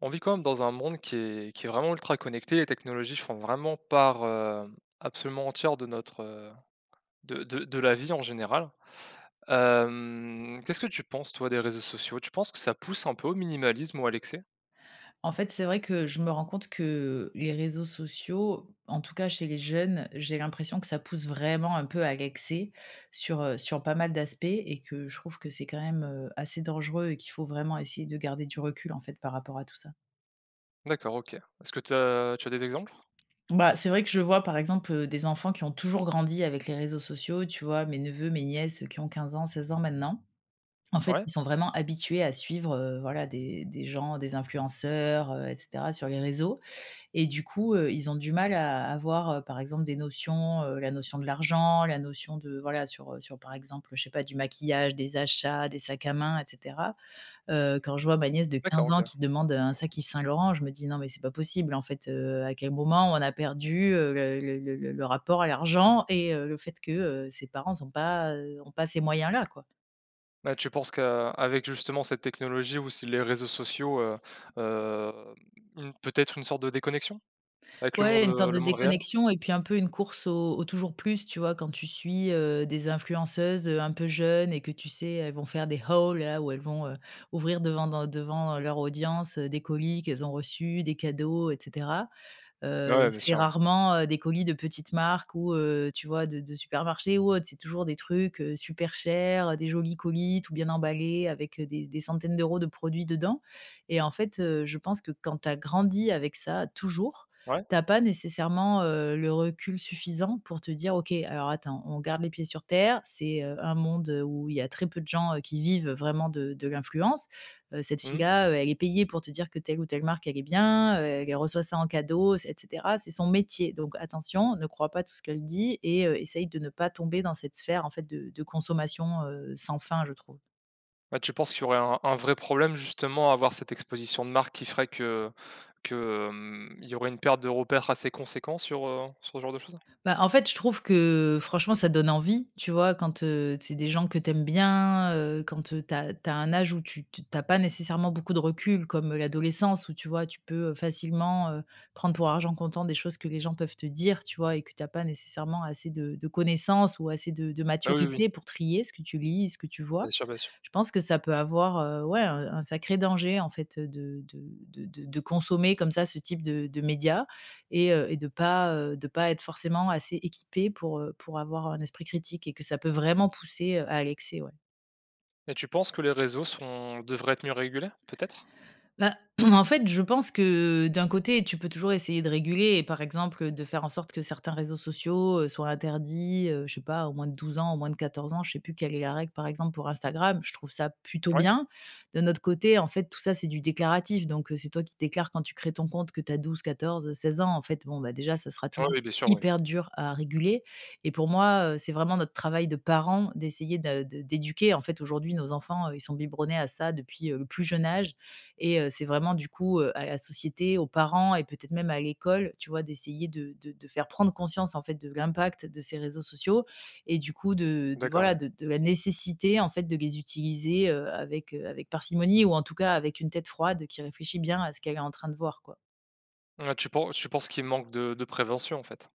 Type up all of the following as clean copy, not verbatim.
On vit quand même dans un monde qui est vraiment ultra connecté. Les technologies font vraiment part, absolument entière de notre, de la vie en général. Qu'est-ce que tu penses toi des réseaux sociaux? Tu penses que ça pousse un peu au minimalisme ou à l'excès? En fait, c'est vrai que je me rends compte que les réseaux sociaux, en tout cas chez les jeunes, j'ai l'impression que ça pousse vraiment un peu à l'excès sur pas mal d'aspects et que je trouve que c'est quand même, assez dangereux et qu'il faut vraiment essayer de garder du recul, en fait, par rapport à tout ça. D'accord, OK. Est-ce que tu as des exemples? Bah, c'est vrai que je vois, par exemple, des enfants qui ont toujours grandi avec les réseaux sociaux, tu vois? Mes neveux, mes nièces, qui ont 15 ans, 16 ans maintenant. En fait, Ouais? ils sont vraiment habitués à suivre, voilà, des gens, des influenceurs, et cetera sur les réseaux. Et du coup, ils ont du mal à avoir, par exemple des notions, la notion de l'argent, la notion de voilà sur, sur par exemple, je sais pas, du maquillage, des achats, des sacs à main et cetera. Quand je vois ma nièce de D'accord, 15 OK. ans qui demande, un sac Yves Saint Laurent, je me dis: «Non mais c'est pas possible en fait, à quel moment on a perdu, le rapport à l'argent et le fait que, ses parents n'ont pas, ont pas ces moyens-là, quoi?» Bah, tu penses qu'avec justement cette technologie ou si les réseaux sociaux, hem, une peut-être une sorte de déconnexion avec Ouais, une sorte de le monde réel? déconnexion et puis un peu une course au toujours plus, tu vois? Quand tu suis, des influenceuses, un peu jeunes et que tu sais, elles vont faire des hauls là, où elles vont, ouvrir devant leur audience, des colis qu'elles ont reçus, des cadeaux et cetera. Ouais, bien C'est sûr, ouais. rarement, des colis de petites marques ou, tu vois, de supermarchés ou autre. C'est toujours des trucs, super chers, des jolis colis tout bien emballés avec, des centaines d'euros de produits dedans et en fait, je pense que quand tu as grandi avec ça toujours, Ouais? t'as pas nécessairement, le recul suffisant pour te dire: «OK, alors attends, on garde les pieds sur terre». C'est, un monde, où il y a très peu de gens, qui vivent vraiment de l'influence. Cette Mmh. fille-là, elle est payée pour te dire que telle ou telle marque, elle est bien, elle reçoit ça en cadeau, c'est et cetera. C'est son métier, donc attention, ne crois pas tout ce qu'elle dit et essaye de ne pas tomber dans cette sphère, en fait, de consommation, sans fin, je trouve. Bah, tu penses qu'il y aurait un vrai problème justement à avoir cette exposition de marque qui ferait que, mmh, il y aurait une perte de repères assez conséquente sur, sur ce genre de choses? Bah, en fait, je trouve que franchement, ça donne envie, tu vois? Quand, c'est des gens que t'aimes bien, quand, tu as un âge où tu pas nécessairement beaucoup de recul, comme l'adolescence où, tu vois, tu peux, facilement, prendre pour argent comptant des choses que les gens peuvent te dire, tu vois? Et que t'as pas nécessairement assez de connaissances ou assez de Ah oui, oui, oui, maturité pour trier ce que tu lis et ce que tu bien vois. sûr, bien sûr. Je pense que ça peut avoir, ouais, un sacré danger, en fait, de consommer comme ça ce type de médias et de pas être forcément assez équipé pour avoir un esprit critique et que ça peut vraiment pousser, à l'excès, ouais. Et tu penses que les réseaux sont devraient être mieux régulés, peut-être? Bah, en fait, je pense que d'un côté, tu peux toujours essayer de réguler et par exemple, de faire en sorte que certains réseaux sociaux, soient interdits, je sais pas, au moins de 12 ans, au moins de 14 ans, je sais plus quelle est la règle par exemple pour Instagram, je trouve ça plutôt Oui. bien. De notre côté, en fait, tout ça, c'est du déclaratif donc c'est toi qui déclares quand tu crées ton compte que tu as 12-14-16 ans. En fait, bon, bah, déjà, ça sera Ouais, toujours oui, bien sûr, oui. hyper dur à réguler et pour moi, c'est vraiment notre travail de parents d'essayer de d'éduquer. En fait, aujourd'hui, nos enfants, ils sont biberonnés à ça depuis, le plus jeune âge et c'est vraiment du coup, à la société, aux parents et peut-être même à l'école, tu vois? D'essayer de faire prendre conscience en fait de l'impact de ces réseaux sociaux et du coup de D'accord, oui. voilà, de la nécessité en fait de les utiliser, avec, avec parcimonie ou en tout cas avec une tête froide qui réfléchit bien à ce qu'elle est en train de voir, quoi. Ouais, tu penses qu'il manque de prévention, en fait?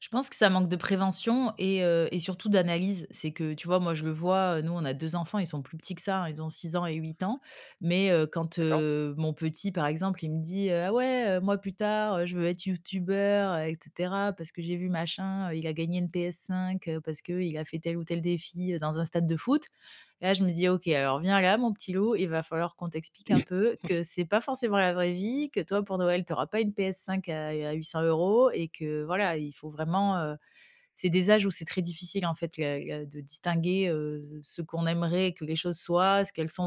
Je pense que ça manque de prévention et surtout d'analyse. C'est que, tu vois, moi, je le vois, nous, on a 2 enfants, ils sont plus petits que ça, hein, ils ont 6 ans et 8 ans. Mais quand, D'accord. Mon petit, par exemple, il me dit: «Ah ouais, moi, plus tard, je veux être youtubeur, et cetera, parce que j'ai vu machin, il a gagné une PS5, parce que il a fait tel ou tel défi, dans un stade de foot». Là, je me dis: «OK, alors viens là, mon petit loup, il va falloir qu'on t'explique un peu que c'est pas forcément la vraie vie, que toi, pour Noël, tu auras pas une PS5 à 800 € et que voilà, il faut vraiment, c'est des âges où c'est très difficile en fait de distinguer ce qu'on aimerait que les choses soient, ce qu'elles sont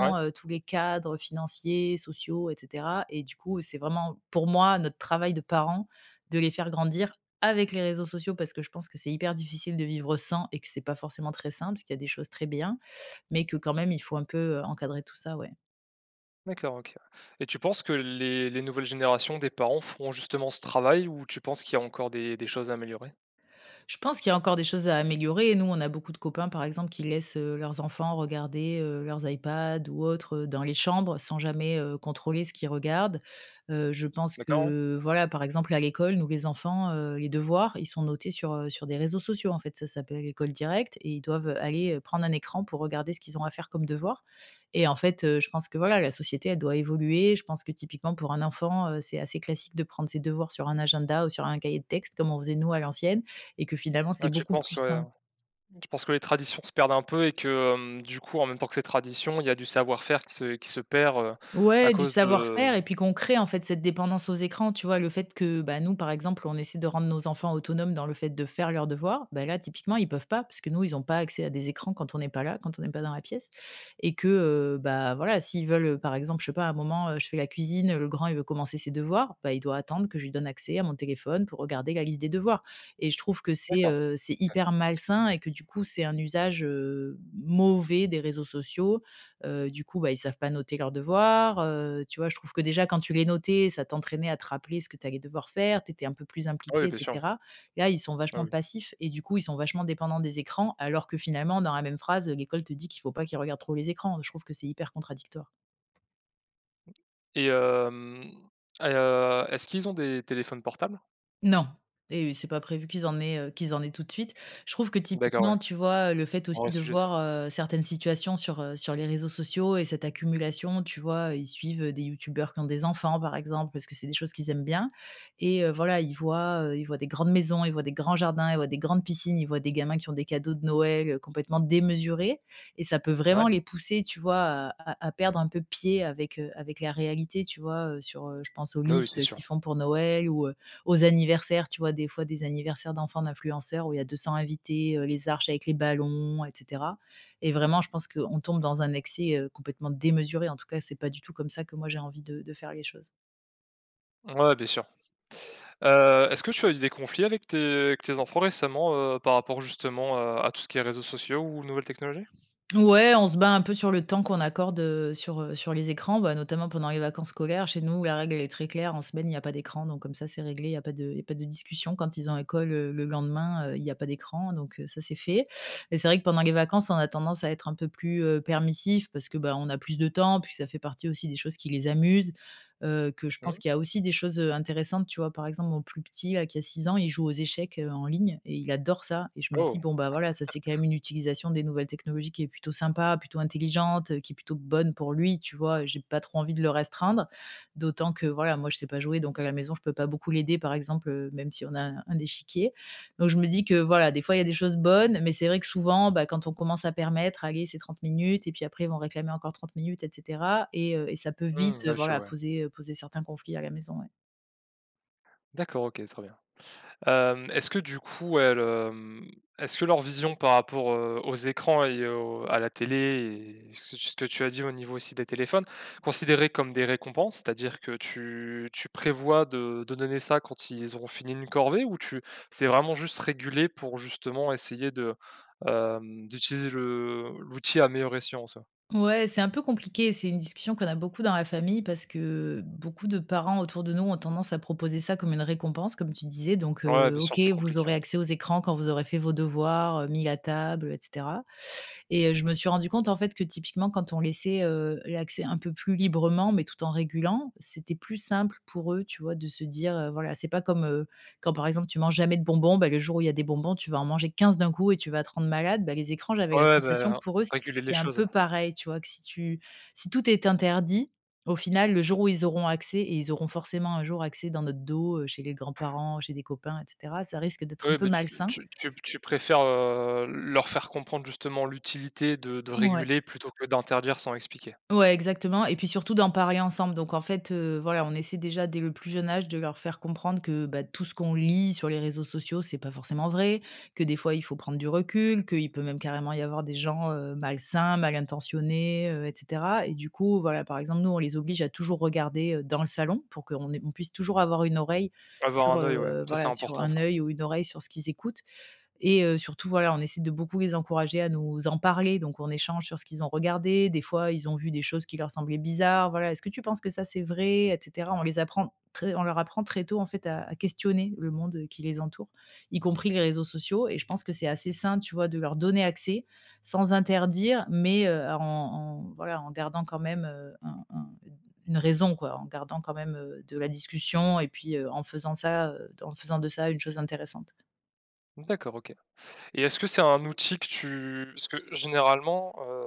Ouais, tous les cadres financiers, sociaux, etc. Et du coup, c'est vraiment pour moi notre travail de parents de les faire grandir avec les réseaux sociaux parce que je pense que c'est hyper difficile de vivre sans et que c'est pas forcément très simple parce qu'il y a des choses très bien, mais que quand même il faut un peu encadrer tout ça, ouais. d'accord, OK. Et tu penses que les nouvelles générations des parents feront justement ce travail ou tu penses qu'il y a encore des choses à améliorer? Je pense qu'il y a encore des choses à améliorer. Et nous, on a beaucoup de copains, par exemple, qui laissent, leurs enfants regarder, leurs iPads ou autres, dans les chambres sans jamais, contrôler ce qu'ils regardent. Je pense D'accord, ouais. que, voilà, par exemple, à l'école, nous, les enfants, les devoirs, ils sont notés sur, sur des réseaux sociaux, en fait. Ça s'appelle l'école Directe et ils doivent, aller, prendre un écran pour regarder ce qu'ils ont à faire comme devoir et en fait, je pense que, voilà, la société, elle doit évoluer. Je pense que, typiquement, pour un enfant, c'est assez classique de prendre ses devoirs sur un agenda ou sur un cahier de texte, comme on faisait nous à l'ancienne et que finalement c'est Ouais, tu beaucoup penses, plus ouais. sain. Je pense que les traditions se perdent un peu et que, du coup, en même temps que ces traditions, il y a du savoir-faire qui se perd, à Ouais, du cause de savoir-faire et puis qu'on crée en fait cette dépendance aux écrans, tu vois? Le fait que, bah, nous par exemple, on essaie de rendre nos enfants autonomes dans le fait de faire leurs devoirs, bah, là typiquement ils peuvent pas parce que nous ils n'ont pas accès à des écrans quand on n'est pas là, quand on n'est pas dans la pièce et que, bah, voilà, s'ils veulent, par exemple, je sais pas, à un moment, je fais la cuisine, le grand il veut commencer ses devoirs, bah, il doit attendre que je lui donne accès à mon téléphone pour regarder la liste des devoirs et je trouve que d'accord, c'est OK. hyper malsain et que du coup c'est un usage, mauvais des réseaux sociaux. Du coup, bah, ils savent pas noter leurs devoirs, tu vois? Je trouve que déjà quand tu les notais, ça t'entraînait à te rappeler ce que tu allais devoir faire, tu étais un peu plus Ah impliqué oui, et bien sûr, oui. cetera. Là, ils sont Ah vachement oui passifs et du coup, ils sont vachement dépendants des écrans alors que finalement dans la même phrase, l'école te dit qu'il faut pas qu'ils regardent trop les écrans. Je trouve que c'est hyper contradictoire. et hem et est-ce qu'ils ont des téléphones portables? Non et c'est pas prévu qu'ils en aient tout de suite. Je trouve que D'accord, ouais, typiquement, tu vois, le fait un aussi vrai de sujet ça. voir, certaines situations sur, sur les réseaux sociaux et cette accumulation, tu vois? Ils suivent, des youtubeurs qui ont des enfants, par exemple, parce que c'est des choses qu'ils aiment bien et voilà, ils voient des grandes maisons, ils voient des grands jardins, ils voient des grandes piscines, ils voient des gamins qui ont des cadeaux de Noël, complètement démesurés et ça peut vraiment Ouais? les pousser, tu vois, à perdre un peu pied avec, avec la réalité, tu vois? Je pense aux Oui, oui, listes, c'est sûr. qu'ils font pour Noël ou, aux anniversaires, tu vois, des fois des anniversaires d'enfants d'influenceurs où il y a 200 invités, les arches avec les ballons, et cetera. Et vraiment, je pense qu'on tombe dans un excès, complètement démesuré. En tout cas, c'est pas du tout comme ça que moi j'ai envie de faire les choses. Ouais, bien sûr. Est-ce que tu as eu des conflits avec tes enfants récemment, par rapport justement, à tout ce qui est réseaux sociaux ou nouvelles technologies? Ouais, on se bat un peu sur le temps qu'on accorde sur les écrans, bah, notamment pendant les vacances scolaires. Chez nous, la règle, elle est très claire. En semaine, il n'y a pas d'écran, donc comme ça, c'est réglé. Il y a pas de il y a pas de discussion. Quand ils ont école, le lendemain, il y a pas d'écran, donc ça, c'est fait. Et c'est vrai que pendant les vacances, on a tendance à être un peu plus, permissifs parce que, bah, on a plus de temps, puis ça fait partie aussi des choses qui les amusent que je pense Mmh. qu'il y a aussi des choses, intéressantes, tu vois? Par exemple, mon plus petit, là, qui a 6 ans, il joue aux échecs, en ligne et il adore ça et je me dis: Oh! «Bon, bah, voilà, ça, c'est quand même une utilisation des nouvelles technologies qui est plutôt sympa, plutôt intelligente, qui est plutôt bonne pour lui», tu vois? J'ai pas trop envie de le restreindre, d'autant que, voilà, moi, je sais pas jouer, donc à la maison, je peux pas beaucoup l'aider, par exemple, même si on a un échiquier. Donc je me dis que voilà, des fois il y a des choses bonnes, mais c'est vrai que souvent, bah, quand on commence à permettre, allez, c'est 30 minutes, et puis après ils vont réclamer encore 30 minutes, et cetera et ça peut Mmh, vite, ouais, je voilà, vois. poser, poser certains conflits à la maison, ouais. D'accord, OK, très bien. Est-ce que du coup elles, est-ce que leur vision par rapport, aux écrans et au à la télé et ce que tu as dit au niveau aussi des téléphones, considérés comme des récompenses? C'est-à-dire que tu prévois de donner ça quand ils auront fini une corvée ou tu c'est vraiment juste régulé pour justement essayer de, d'utiliser le l'outil à meilleur escient en Ouais, c'est un peu compliqué, c'est une discussion qu'on a beaucoup dans la famille parce que beaucoup de parents autour de nous ont tendance à proposer ça comme une récompense, comme tu disais, donc ouais, bien sûr, OK, c'est vous compliqué, aurez hein. accès aux écrans quand vous aurez fait vos devoirs, mis à table, et cetera. Et je me suis rendu compte, en fait, que typiquement quand on laissait, l'accès un peu plus librement, mais tout en régulant, c'était plus simple pour eux, tu vois? De se dire, voilà, c'est pas comme, quand par exemple tu manges jamais de bonbons, bah, le jour où il y a des bonbons, tu vas en manger 15 d'un coup et tu vas te rendre malade. Bah, les écrans, j'avais la Ouais, sensation que bah, pour eux, réguler les c'était un choses. peu pareil, tu vois? Que si tout est interdit, au final, le jour où ils auront accès et ils auront forcément un jour accès dans notre dos, chez les grands-parents, chez des copains et cetera, ça risque d'être un Oui, peu bah, tu malsain. tu tu tu préfères, leur faire comprendre justement l'utilité de Ouais. réguler plutôt que d'interdire sans expliquer. Ouais, exactement, et puis surtout d'en parler ensemble. Donc en fait, voilà, on essaie déjà dès le plus jeune âge de leur faire comprendre que, bah, tout ce qu'on lit sur les réseaux sociaux, c'est pas forcément vrai, que des fois il faut prendre du recul, qu'il peut même carrément y avoir des gens, malsains, mal intentionnés, et cetera. Et du coup, voilà, par exemple, nous, on les oblige à toujours regarder, dans le salon pour qu'on puisse toujours avoir une oreille Avoir sur, un œil, ouais, ça c'est voilà, sur important un ça. œil ou une oreille sur ce qu'ils écoutent. Et surtout, voilà, on essaie de beaucoup les encourager à nous en parler, donc on échange sur ce qu'ils ont regardé. Des fois, ils ont vu des choses qui leur semblaient bizarres, voilà: «Est-ce que tu penses que ça, c'est vrai?» et cetera. On leur apprend très tôt, en fait, à questionner le monde, qui les entoure, y compris les réseaux sociaux. Et je pense que c'est assez sain, tu vois, de leur donner accès sans interdire, mais en voilà, en gardant quand même, un une raison, quoi, en gardant quand même, de la discussion et puis, en faisant ça, en faisant de ça une chose intéressante. D'accord, OK. Et est-ce que c'est un outil que tu parce que généralement,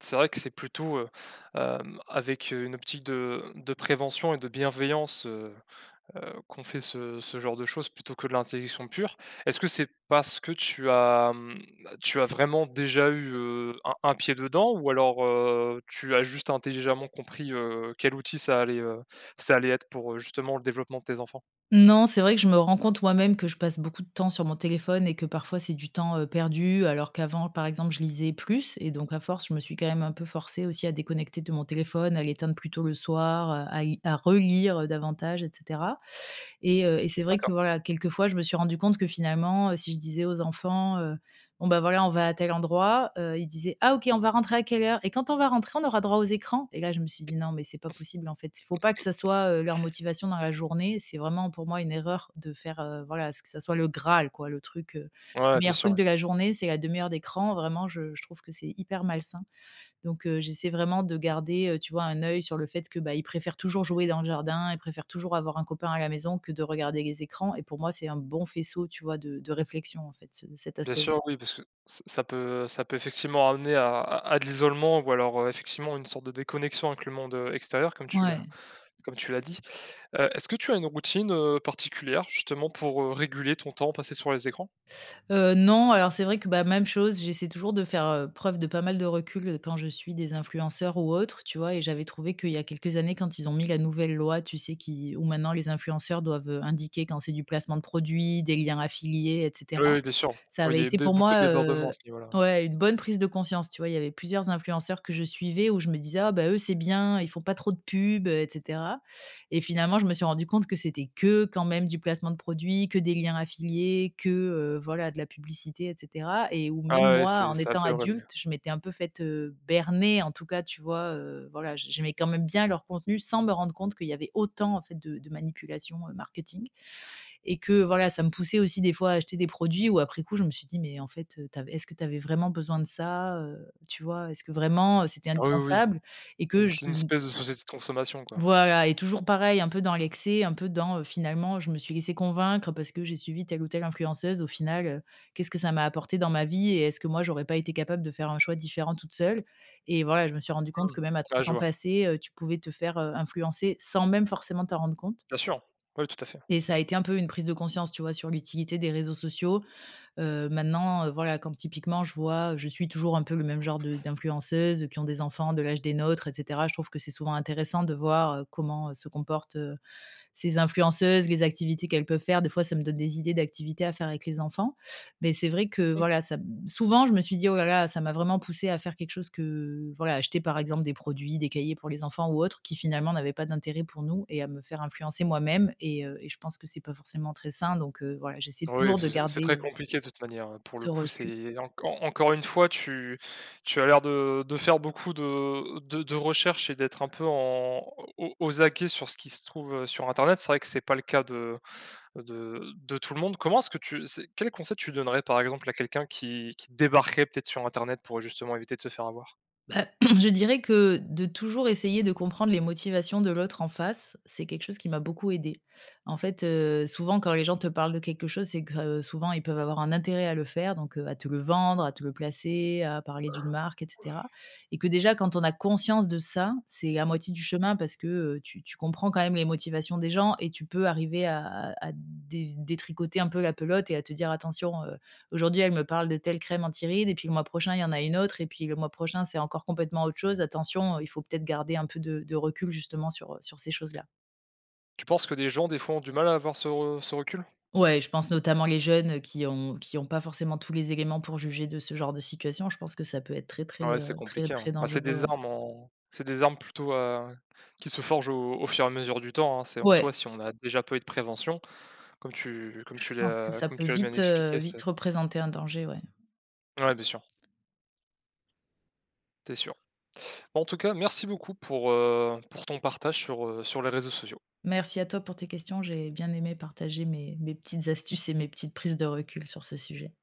c'est vrai que c'est plutôt, avec, une optique de prévention et de bienveillance, qu'on fait ce genre de choses plutôt que de l'intellection pure. Est-ce que c'est parce que tu as, mmh, tu as vraiment déjà eu, un pied dedans ou alors, tu as juste intelligemment compris, quel outil ça allait être pour, justement le développement de tes enfants? Non, c'est vrai que je me rends compte moi-même que je passe beaucoup de temps sur mon téléphone et que parfois c'est du temps, perdu alors qu'avant, par exemple, je lisais plus et donc à force, je me suis quand même un peu forcée aussi à déconnecter de mon téléphone, à l'éteindre plus tôt le soir, à relire, davantage etc. Et c'est vrai que D'accord. voilà, quelquefois, je me suis rendu compte que finalement, si je disais aux enfants: «Bon, bah, voilà, on va à tel endroit», ils disaient: «Ah OK, on va rentrer à quelle heure? Et quand on va rentrer, on aura droit aux écrans?» Et là, je me suis dit: «Non, mais c'est pas possible, en fait». Il faut pas que ça soit, leur motivation dans la journée. C'est vraiment pour moi une erreur de faire, voilà, ce que ça soit le graal quoi, le truc, le meilleur truc Ouais. de la journée, c'est la demi heure d'écran. Vraiment, je trouve que c'est hyper malsain. Donc j'essaie vraiment de garder, tu vois, un œil sur le fait que, bah, ils préfèrent toujours jouer dans le jardin, ils préfèrent toujours avoir un copain à la maison que de regarder les écrans, et pour moi, c'est un bon faisceau, tu vois, de réflexion, en fait, ce cet Bien aspect. sûr, oui, parce que ç ça peut effectivement amener à à de l'isolement ou alors, effectivement une sorte de déconnexion avec le monde, extérieur comme tu l'as Ouais. comme tu l'as dit. Est-ce que tu as une routine, particulière justement pour, réguler ton temps passé sur les écrans? Non, alors c'est vrai que, bah, même chose, j'essaie toujours de faire, preuve de pas mal de recul, quand je suis des influenceurs ou autres, tu vois? Et j'avais trouvé qu'il y a quelques années, quand ils ont mis la nouvelle loi, tu sais, qui où maintenant les influenceurs doivent, indiquer quand c'est du placement de produits, des liens affiliés, et Oui, cetera. oui, bien sûr. Ça Oui, il y avait a eu été des pour beaucoup de moi, débordements à ce niveau-là. ouais, une bonne prise de conscience, tu vois? Il y avait plusieurs influenceurs que je suivais où je me disais: «Ah bah, eux, c'est bien, ils font pas trop de pub» et cetera. Et finalement, je me suis rendu compte que c'était que quand même du placement de produits, que des liens affiliés, que, voilà, de la publicité et cetera. Et où Ah même ouais, moi, c'est en c'est étant assez horrible, oui. adulte, je m'étais un peu faite, berner, en tout cas, tu vois? Voilà, j'aimais quand même bien leur contenu sans me rendre compte qu'il y avait autant, en fait, de manipulation, marketing. Et que voilà, ça me poussait aussi des fois à acheter des produits où après coup je me suis dit: «Mais en fait, tu est-ce que tu avais vraiment besoin de ça?» Tu vois? Est-ce que vraiment, c'était Ah oui, oui, oui. indispensable? Et que Une je une espèce de société de consommation, quoi. Voilà, et toujours pareil, un peu dans l'excès, un peu dans, finalement je me suis laissée convaincre parce que j'ai suivi telle ou telle influenceuse. Au final, qu'est-ce que ça m'a apporté dans ma vie, et est-ce que moi j'aurais pas été capable de faire un choix différent toute seule? Et voilà, je me suis rendu compte Mmh. que même à Ah, trente je ans vois. passés, tu pouvais te faire, influencer sans même forcément t'en rendre compte. Bien sûr. Oui, tout à fait. Et ça a été un peu une prise de conscience, tu vois, sur l'utilité des réseaux sociaux. Maintenant, voilà, quand typiquement je suis toujours un peu le même genre de d'influenceuses qui ont des enfants de l'âge des nôtres, et cetera. Je trouve que c'est souvent intéressant de voir, comment, se comportent, ces influenceuses, les activités qu'elles peuvent faire. Des fois, ça me donne des idées d'activités à faire avec les enfants. Mais c'est vrai que Mmh. voilà, ça, souvent, je me suis dit, oh là là, ça m'a vraiment poussé à faire quelque chose que, voilà, acheter par exemple des produits, des cahiers pour les enfants ou autres, qui finalement n'avaient pas d'intérêt pour nous, et à me faire influencer moi-même. Et je pense que c'est pas forcément très sain. Donc voilà, j'essaie Oui, toujours parce de que c'est garder très compliqué de toute manière, hein. Pour le ce coup, recul. c'est encore une fois, tu tu as l'air de faire beaucoup de recherches et d'être un peu en au aux aguets sur ce qui se trouve, sur internet. C'est vrai que c'est pas le cas de de tout le monde. Comment est-ce que tu c'est quel conseil tu donnerais, par exemple, à quelqu'un qui débarquerait peut-être sur internet pour justement éviter de se faire avoir? Bah, je dirais que de toujours essayer de comprendre les motivations de l'autre en face, c'est quelque chose qui m'a beaucoup aidée. En fait, souvent quand les gens te parlent de quelque chose, c'est que, souvent ils peuvent avoir un intérêt à le faire, donc, à te le vendre, à te le placer, à parler d'une marque et cetera. Et que déjà quand on a conscience de ça, c'est à moitié du chemin, parce que, tu comprends quand même les motivations des gens et tu peux arriver à dé détricoter un peu la pelote et à te dire: «Attention, aujourd'hui, elle me parle de telle crème anti-rides et puis le mois prochain, il y en a une autre et puis le mois prochain, c'est encore complètement autre chose. Attention, il faut peut-être garder un peu de recul justement sur, sur, ces choses-là. Tu penses que des gens, des fois, ont du mal à avoir ce recul? Ouais, je pense notamment les jeunes, qui ont pas forcément tous les éléments pour juger de ce genre de situation. Je pense que ça peut être très, très, Ouais, c'est très, compliqué, hein. très Bah, c'est dangereux, des ouais. armes en c'est des armes plutôt, qui se forgent au fur et à mesure du temps, hein. C'est en Ouais, soi, si on a déjà peu de prévention, je pense que ça comme peut tu l'as bien viteexpliqué, c'est représenter un danger, ouais. ouais, bien sûr, c'est sûr. Bah, en tout cas, merci beaucoup pour ton partage sur, sur les réseaux sociaux. Merci à toi pour tes questions. J'ai bien aimé partager mes petites astuces et mes petites prises de recul sur ce sujet.